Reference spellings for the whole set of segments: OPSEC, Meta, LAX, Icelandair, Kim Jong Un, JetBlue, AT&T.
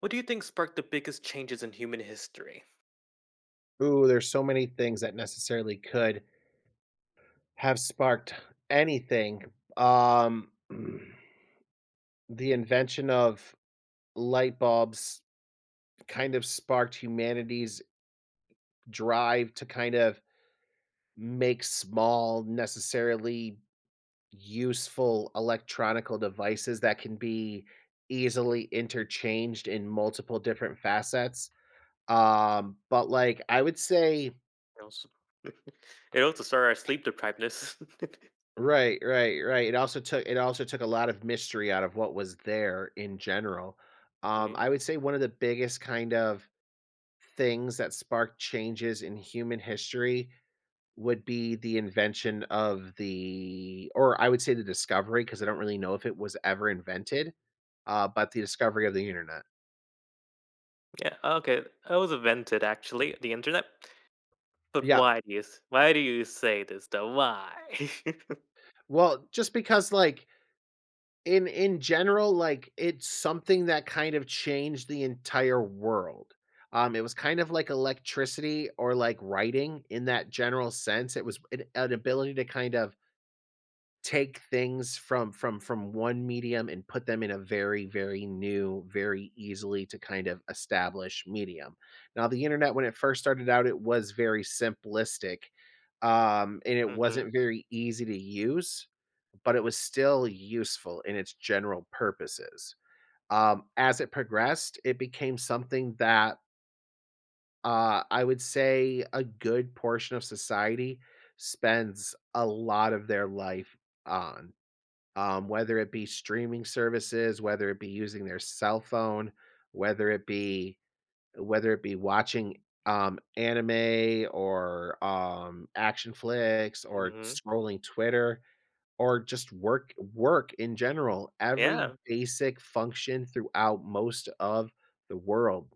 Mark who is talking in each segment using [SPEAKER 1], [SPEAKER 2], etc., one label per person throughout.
[SPEAKER 1] What do you think sparked the biggest changes in human history?
[SPEAKER 2] Ooh, there's so many things that necessarily could have sparked anything. Um, the invention of light bulbs kind of sparked humanity's drive to kind of make small, necessarily useful electronical devices that can be easily interchanged in multiple different facets. But I would say
[SPEAKER 1] It also, it also started our sleep deprivedness.
[SPEAKER 2] right, right, right. It also took a lot of mystery out of what was there in general.
[SPEAKER 1] Yeah.
[SPEAKER 2] I would say one of the biggest kind of things that sparked changes in human history would be the invention of the, or I would say the discovery, because I don't really know if it was ever invented, but the discovery of the internet.
[SPEAKER 1] Yeah. Okay. I was invented actually. The internet. But
[SPEAKER 2] Yeah.
[SPEAKER 1] why do you say this though? Why?
[SPEAKER 2] Well, just because like in general, like, it's something that kind of changed the entire world. It was kind of like electricity or like writing in that general sense. It was an ability to kind of take things from one medium and put them in a very, very new, very easily to kind of establish medium. Now, the internet, when it first started out, it was very simplistic, and it
[SPEAKER 1] hmm
[SPEAKER 2] wasn't very easy to use, but it was still useful in its general purposes. As it progressed, it became something that I would say a good portion of society spends a lot of their life on, whether it be streaming services, whether it be using their cell phone, whether it be whether it be watching anime or action flicks or
[SPEAKER 1] hmm
[SPEAKER 2] scrolling Twitter or just work in general. Every
[SPEAKER 1] Yeah.
[SPEAKER 2] basic function throughout most of the world,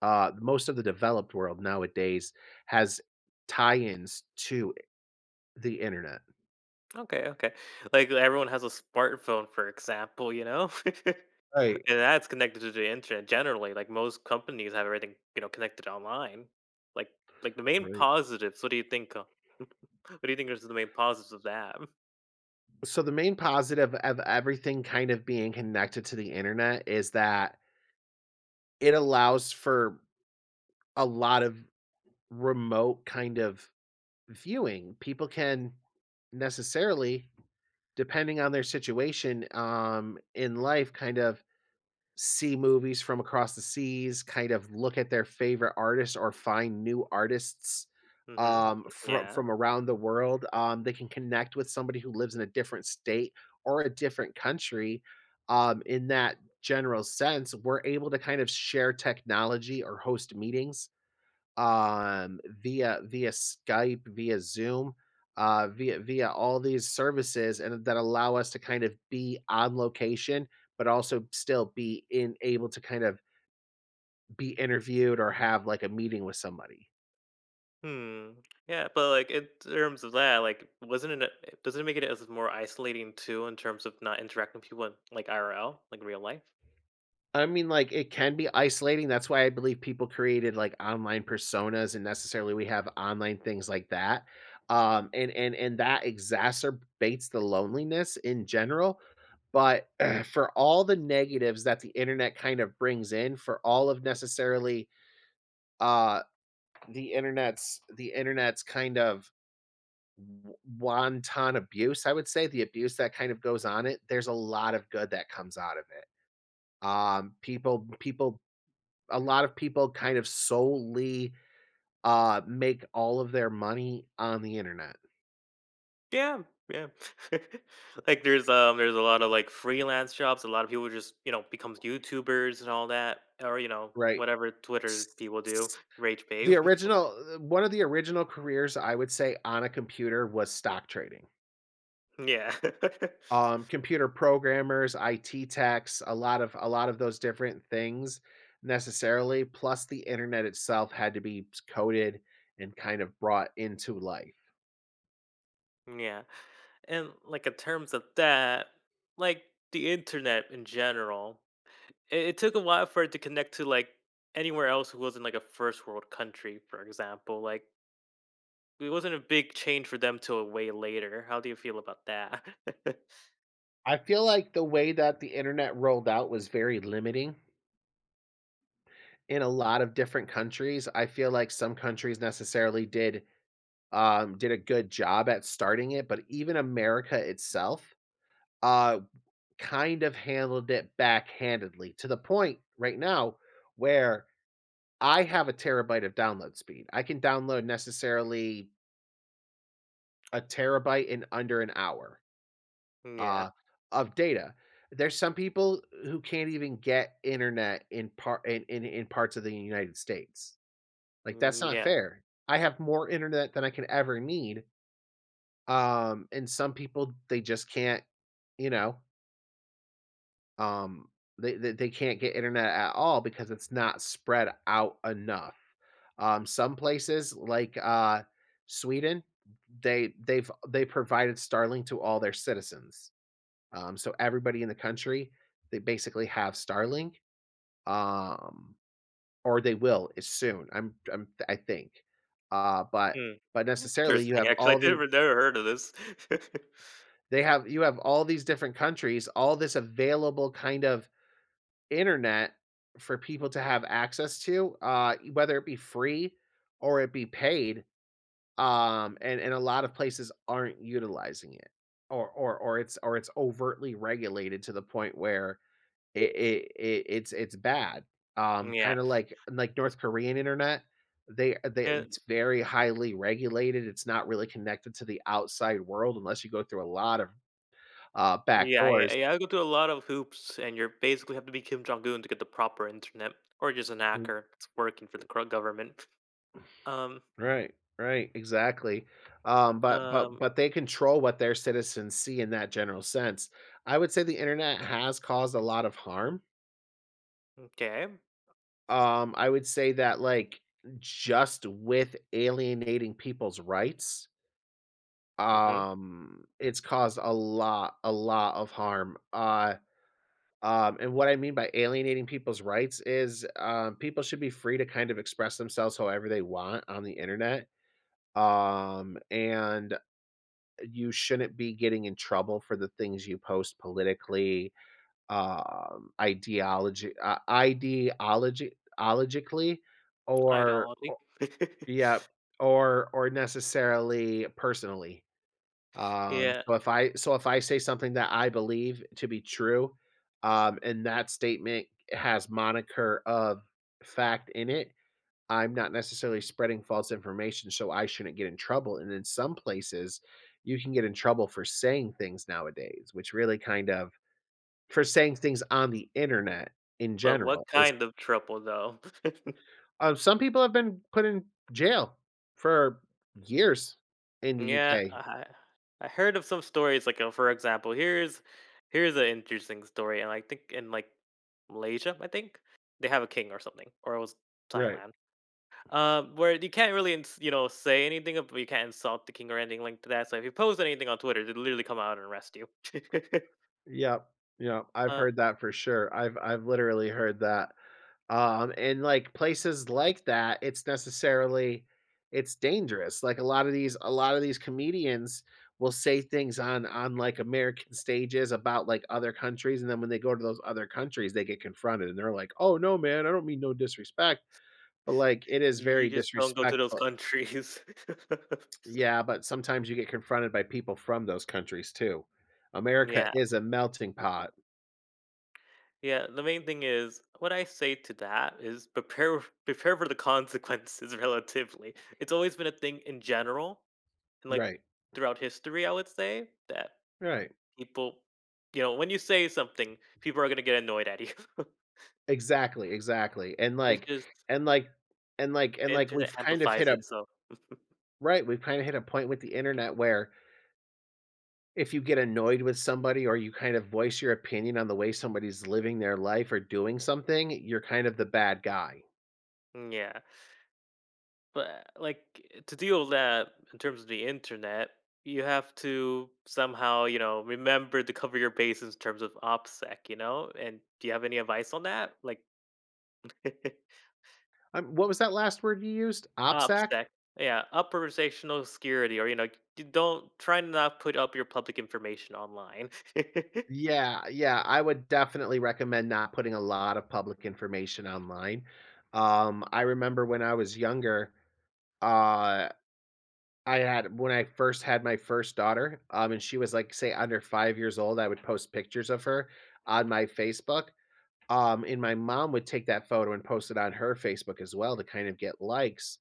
[SPEAKER 2] most of the developed world nowadays has tie-ins to the internet.
[SPEAKER 1] Okay. Okay. Like everyone has a smartphone, for example. You know. and
[SPEAKER 2] Right,
[SPEAKER 1] that's connected to the internet generally. Like most companies have everything connected online. Like like the main
[SPEAKER 2] right.
[SPEAKER 1] positives. What do you think? What do you think is the main positives of that?
[SPEAKER 2] So the main positive of everything kind of being connected to the internet is that it allows for a lot of remote kind of viewing. People can necessarily, depending on their situation, in life, kind of see movies from across the seas, kind of look at their favorite artists or find new artists,
[SPEAKER 1] Mhm, mhm,
[SPEAKER 2] from
[SPEAKER 1] yeah.
[SPEAKER 2] from around the world. They can connect with somebody who lives in a different state or a different country. In that general sense, we're able to kind of share technology or host meetings, via Skype, via Zoom, via all these services, and that allow us to kind of be on location, but also still be in able to kind of be interviewed or have like a meeting with somebody.
[SPEAKER 1] Hmm, yeah, but, like, in terms of that, like, wasn't it a doesn't it make it as more isolating too in terms of not interacting with people in, like, IRL, like, real life?
[SPEAKER 2] I mean, like, it can be isolating. That's why I believe people created like online personas, and necessarily we have online things like that. And that exacerbates the loneliness in general. But for all the negatives that the internet kind of brings in, for all of necessarily uh, the internet's kind of wanton abuse, I would say the abuse that kind of goes on it. There's a lot of good that comes out of it. People people A lot of people kind of solely, make all of their money on the internet,
[SPEAKER 1] Yeah, yeah. Like, there's a lot of, like, freelance jobs, a lot of people just, you know, becomes YouTubers and all that, or, you know,
[SPEAKER 2] right?
[SPEAKER 1] whatever Twitter
[SPEAKER 2] S
[SPEAKER 1] people do,
[SPEAKER 2] s
[SPEAKER 1] rage
[SPEAKER 2] The
[SPEAKER 1] babe.
[SPEAKER 2] original one of the original careers I would say on a computer was stock trading.
[SPEAKER 1] Yeah.
[SPEAKER 2] Computer programmers, IT techs, a lot of those different things necessarily, plus the internet itself had to be coded and kind of brought into life.
[SPEAKER 1] Yeah. And like in terms of that, like the internet in general, it took a while for it to connect to like anywhere else who wasn't like a first world country, for example. Like it wasn't a big change for them till way later. How do you feel about that?
[SPEAKER 2] I feel like the way that the internet rolled out was very limiting in a lot of different countries. I feel like some countries necessarily did, did a good job at starting it, but even America itself uh, kind of handled it backhandedly to the point right now where I have a terabyte of download speed. I can download necessarily a terabyte in under an hour,
[SPEAKER 1] Yeah.
[SPEAKER 2] uh, of data. There's some people who can't even get internet in parts of the United States. Like, that's
[SPEAKER 1] Mm,
[SPEAKER 2] not
[SPEAKER 1] yeah.
[SPEAKER 2] fair. I have more internet than I can ever need, and some people, they just can't, you know, um, they can't get internet at all because it's not spread out enough. Some places like, Sweden, they provided Starlink to all their citizens. So everybody in the country, they basically have Starlink. Um Or they will, is soon, I think. But
[SPEAKER 1] Hmm.
[SPEAKER 2] but necessarily you
[SPEAKER 1] Interesting.
[SPEAKER 2] have
[SPEAKER 1] Actually,
[SPEAKER 2] all
[SPEAKER 1] I
[SPEAKER 2] the
[SPEAKER 1] never heard of this.
[SPEAKER 2] they have you have all these different countries, all this available kind of internet for people to have access to, whether it be free or it be paid, and a lot of places aren't utilizing it. Or it's overtly regulated to the point where it it's bad,
[SPEAKER 1] Yeah.
[SPEAKER 2] kinda like North Korean internet. They It's very highly regulated, it's not really connected to the outside world unless you go through a lot of, back
[SPEAKER 1] Yeah, yeah,
[SPEAKER 2] doors.
[SPEAKER 1] yeah. I go through a lot of hoops, and you're basically have to be Kim Jong Un to get the proper internet, or just an
[SPEAKER 2] Mm,
[SPEAKER 1] hacker that's working for the corrupt government. Um,
[SPEAKER 2] right, right, exactly, um, but but
[SPEAKER 1] um,
[SPEAKER 2] but they control what their citizens see in that general sense. I would say the internet has caused a lot of harm.
[SPEAKER 1] okay.
[SPEAKER 2] I would say that, like, just with alienating people's rights.
[SPEAKER 1] Mm-hmm.
[SPEAKER 2] It's caused a lot of harm. And what I mean by alienating people's rights is, people should be free to kind of express themselves however they want on the internet. And you shouldn't be getting in trouble for the things you post politically, um, ideology, uh, ideology, ideologically, or
[SPEAKER 1] Ideology.
[SPEAKER 2] yeah, or necessarily personally. Um,
[SPEAKER 1] Yeah,
[SPEAKER 2] so if I so if I say something that I believe to be true, and that statement has moniker of fact in it, I'm not necessarily spreading false information, so I shouldn't get in trouble. And in some places, you can get in trouble for saying things nowadays, which really kind of for saying things on the internet in
[SPEAKER 1] but
[SPEAKER 2] general
[SPEAKER 1] what
[SPEAKER 2] is
[SPEAKER 1] kind of trouble though?
[SPEAKER 2] some people have been put in jail for years in the
[SPEAKER 1] yeah,
[SPEAKER 2] UK.
[SPEAKER 1] I I heard of some stories like, for example, here's an interesting story, and I think in like Malaysia, I think they have a king or something, or it was
[SPEAKER 2] Right.
[SPEAKER 1] Thailand. Where you can't really, you know, say anything, you can't insult the king or anything like that. So if you post anything on Twitter, they literally come out and arrest you.
[SPEAKER 2] Yep, yep, I've
[SPEAKER 1] uh,
[SPEAKER 2] heard that for sure. I've literally heard that, and, like, places like that, it's necessarily it's dangerous, like, a lot of these comedians will say things on, like, American stages about, like, other countries, and then when they go to those other countries, they get confronted, and they're like, "Oh, no, man, I don't mean no disrespect," but, like, it is
[SPEAKER 1] you
[SPEAKER 2] very
[SPEAKER 1] just don't go to those
[SPEAKER 2] disrespectful.
[SPEAKER 1] countries.
[SPEAKER 2] Yeah, but sometimes you get confronted by people from those countries too. America
[SPEAKER 1] Yeah,
[SPEAKER 2] is a melting pot.
[SPEAKER 1] yeah. The main thing is what I say to that is prepare, prepare for the consequences. Relatively, it's always been a thing in general, and like
[SPEAKER 2] Right,
[SPEAKER 1] throughout history, I would say that
[SPEAKER 2] right.
[SPEAKER 1] people, you know, when you say something, people are gonna get annoyed at you.
[SPEAKER 2] Exactly, exactly,
[SPEAKER 1] it's just
[SPEAKER 2] and, like and, like,
[SPEAKER 1] Enter that
[SPEAKER 2] we've kind of hit
[SPEAKER 1] amplifies
[SPEAKER 2] a
[SPEAKER 1] it, so
[SPEAKER 2] right, we've kinda hit a point with the internet where if you get annoyed with somebody or you kind of voice your opinion on the way somebody's living their life or doing something, you're kind of the bad guy.
[SPEAKER 1] yeah. But, like, to deal with that in terms of the internet, you have to somehow, you know, remember to cover your bases in terms of OPSEC, you know? And do you have any advice on that? Like,
[SPEAKER 2] What was that last word you used? OPSEC?
[SPEAKER 1] OPSEC. Yeah, upper sectional security, or, you know, you don't try to not put up your public information online.
[SPEAKER 2] Yeah, yeah, I would definitely recommend not putting a lot of public information online. I remember when I was younger, uh I had when I first had my first daughter, and she was, like, say, under 5 years old. I would post pictures of her on my Facebook, and my mom would take that photo and post it on her Facebook as well to kind of get likes,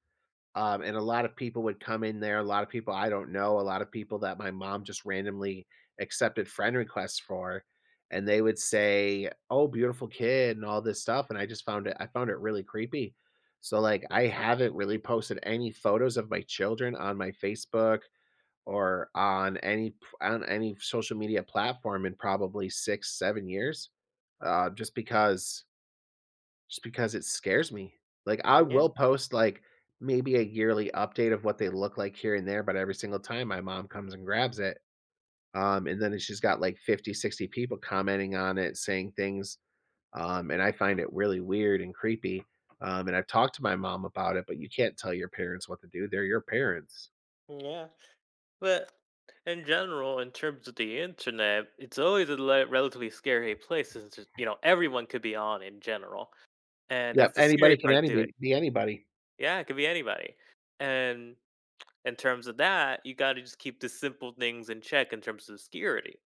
[SPEAKER 2] and a lot of people would come in there, a lot of people I don't know, a lot of people that my mom just randomly accepted friend requests for, and they would say, "Oh, beautiful kid," and all this stuff, and I just found it I found it really creepy. So, like, I haven't really posted any photos of my children on my Facebook or on any p on any social media platform in probably 6, 7 years, uh, just because just because it scares me. Like, I
[SPEAKER 1] Yeah,
[SPEAKER 2] will post, like, maybe a yearly update of what they look like here and there, but every single time my mom comes and grabs it, and then she's got, like, 50, 60 people commenting on it, saying things, and I find it really weird and creepy, and I've talked to my mom about it, but you can't tell your parents what to do, they're your parents.
[SPEAKER 1] yeah. But in general, in terms of the internet, it's always a relatively scary place since it's- you know everyone could be on in general, and
[SPEAKER 2] Yep,
[SPEAKER 1] that's the scary part to it.
[SPEAKER 2] anybody be anybody.
[SPEAKER 1] Yeah, it could be anybody. And in terms of that, you got to just keep the simple things in check in terms of security,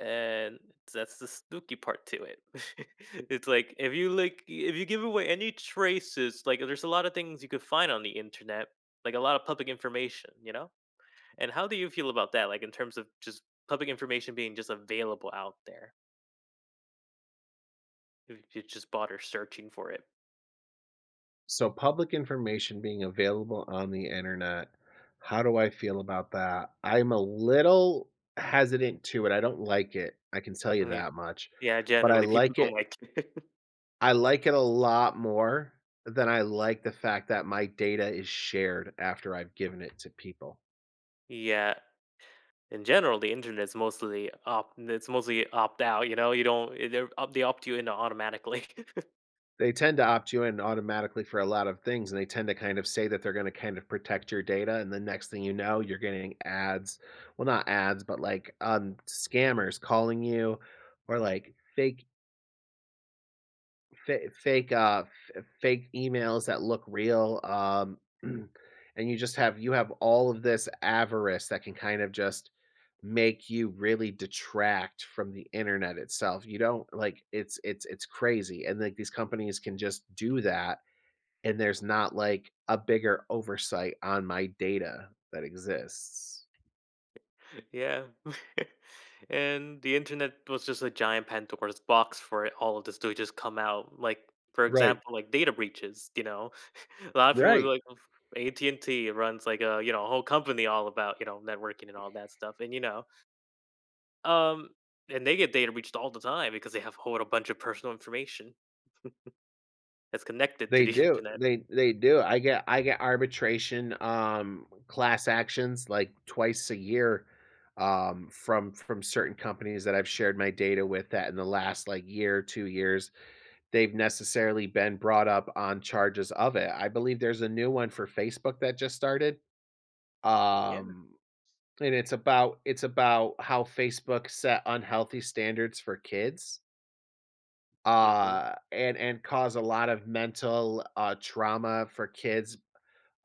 [SPEAKER 1] and that's the spooky part to it. it's like if you like If you give away any traces, like there's a lot of things you could find on the internet, like a lot of public information, you know. And how do you feel about that? Like in terms of just public information being just available out there, if you just bother searching for it.
[SPEAKER 2] So public information being available on the internet, how do I feel about that? I'm a little hesitant to it. I don't like it. I can tell you
[SPEAKER 1] Yeah,
[SPEAKER 2] that much.
[SPEAKER 1] yeah.
[SPEAKER 2] But
[SPEAKER 1] Generally, people don't like. It.
[SPEAKER 2] I like it a lot more than I like the fact that my data is shared after I've given it to people.
[SPEAKER 1] Yeah, in general, the internet is mostly opt. It's mostly opt out. You know, you don't. Eh, They opt. They opt you in automatically.
[SPEAKER 2] They tend to opt you in automatically for a lot of things, and they tend to kind of say that they're gonna kind of protect your data, and the next thing you know, you're getting ads. Well, not ads, but, like, scammers calling you or, like, fake fa fake, f fake emails that look real, and you have all of this avarice that can kind of just make you really detract from the internet itself. You don't like, it's crazy, and, like, these companies can just do that and there's not like a bigger oversight on my data that exists.
[SPEAKER 1] Yeah. And the internet was just a giant Pandora's box for it- all of this to just come out. Like, for
[SPEAKER 2] Right,
[SPEAKER 1] example, like data breaches, you know? A lot of people would be
[SPEAKER 2] right.
[SPEAKER 1] like AT&T runs like a, you know, a whole company all about, you know, networking and all that stuff. And you know, um and they get data breached all the time because they have hold a whole bunch of personal information that's connected to
[SPEAKER 2] They
[SPEAKER 1] the
[SPEAKER 2] do.
[SPEAKER 1] internet.
[SPEAKER 2] They do. I get arbitration, class actions like twice a year, from certain companies that I've shared my data with that in the last like year, 2 years, they've necessarily been brought up on charges of it. I believe there's a new one for Facebook that just started.
[SPEAKER 1] Yeah.
[SPEAKER 2] Um And it's about how Facebook set unhealthy standards for kids,
[SPEAKER 1] Mhm.
[SPEAKER 2] and and cause a lot of mental, trauma for kids,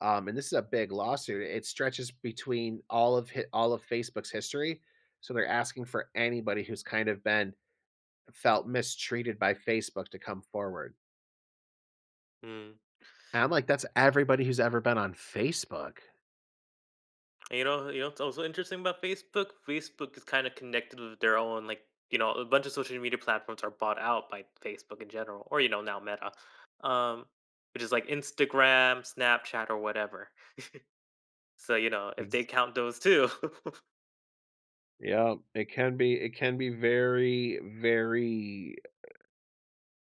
[SPEAKER 2] and this is a big lawsuit. It stretches between all of Facebook's history, so they're asking for anybody who's kind of been felt mistreated by Facebook to come forward.
[SPEAKER 1] Mm.
[SPEAKER 2] And I'm like, "That's everybody who's ever been on Facebook."
[SPEAKER 1] And it's also interesting about Facebook. Facebook is kind of connected with their own, like you know, a bunch of social media platforms are bought out by Facebook in general, or you know, now Meta, um, which is like Instagram, Snapchat, or whatever. So you know, if they
[SPEAKER 2] Ex
[SPEAKER 1] count those too,
[SPEAKER 2] Yeah, it can be very, very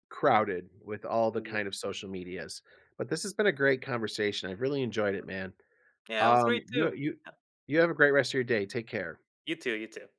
[SPEAKER 2] crowded with all the
[SPEAKER 1] yeah,
[SPEAKER 2] kind of social medias. But this has been a great conversation. I've really enjoyed it, man.
[SPEAKER 1] yeah, it was
[SPEAKER 2] Um,
[SPEAKER 1] great
[SPEAKER 2] you
[SPEAKER 1] too.
[SPEAKER 2] you
[SPEAKER 1] Yeah,
[SPEAKER 2] you have a great rest of your day. Take care.
[SPEAKER 1] you too, you too.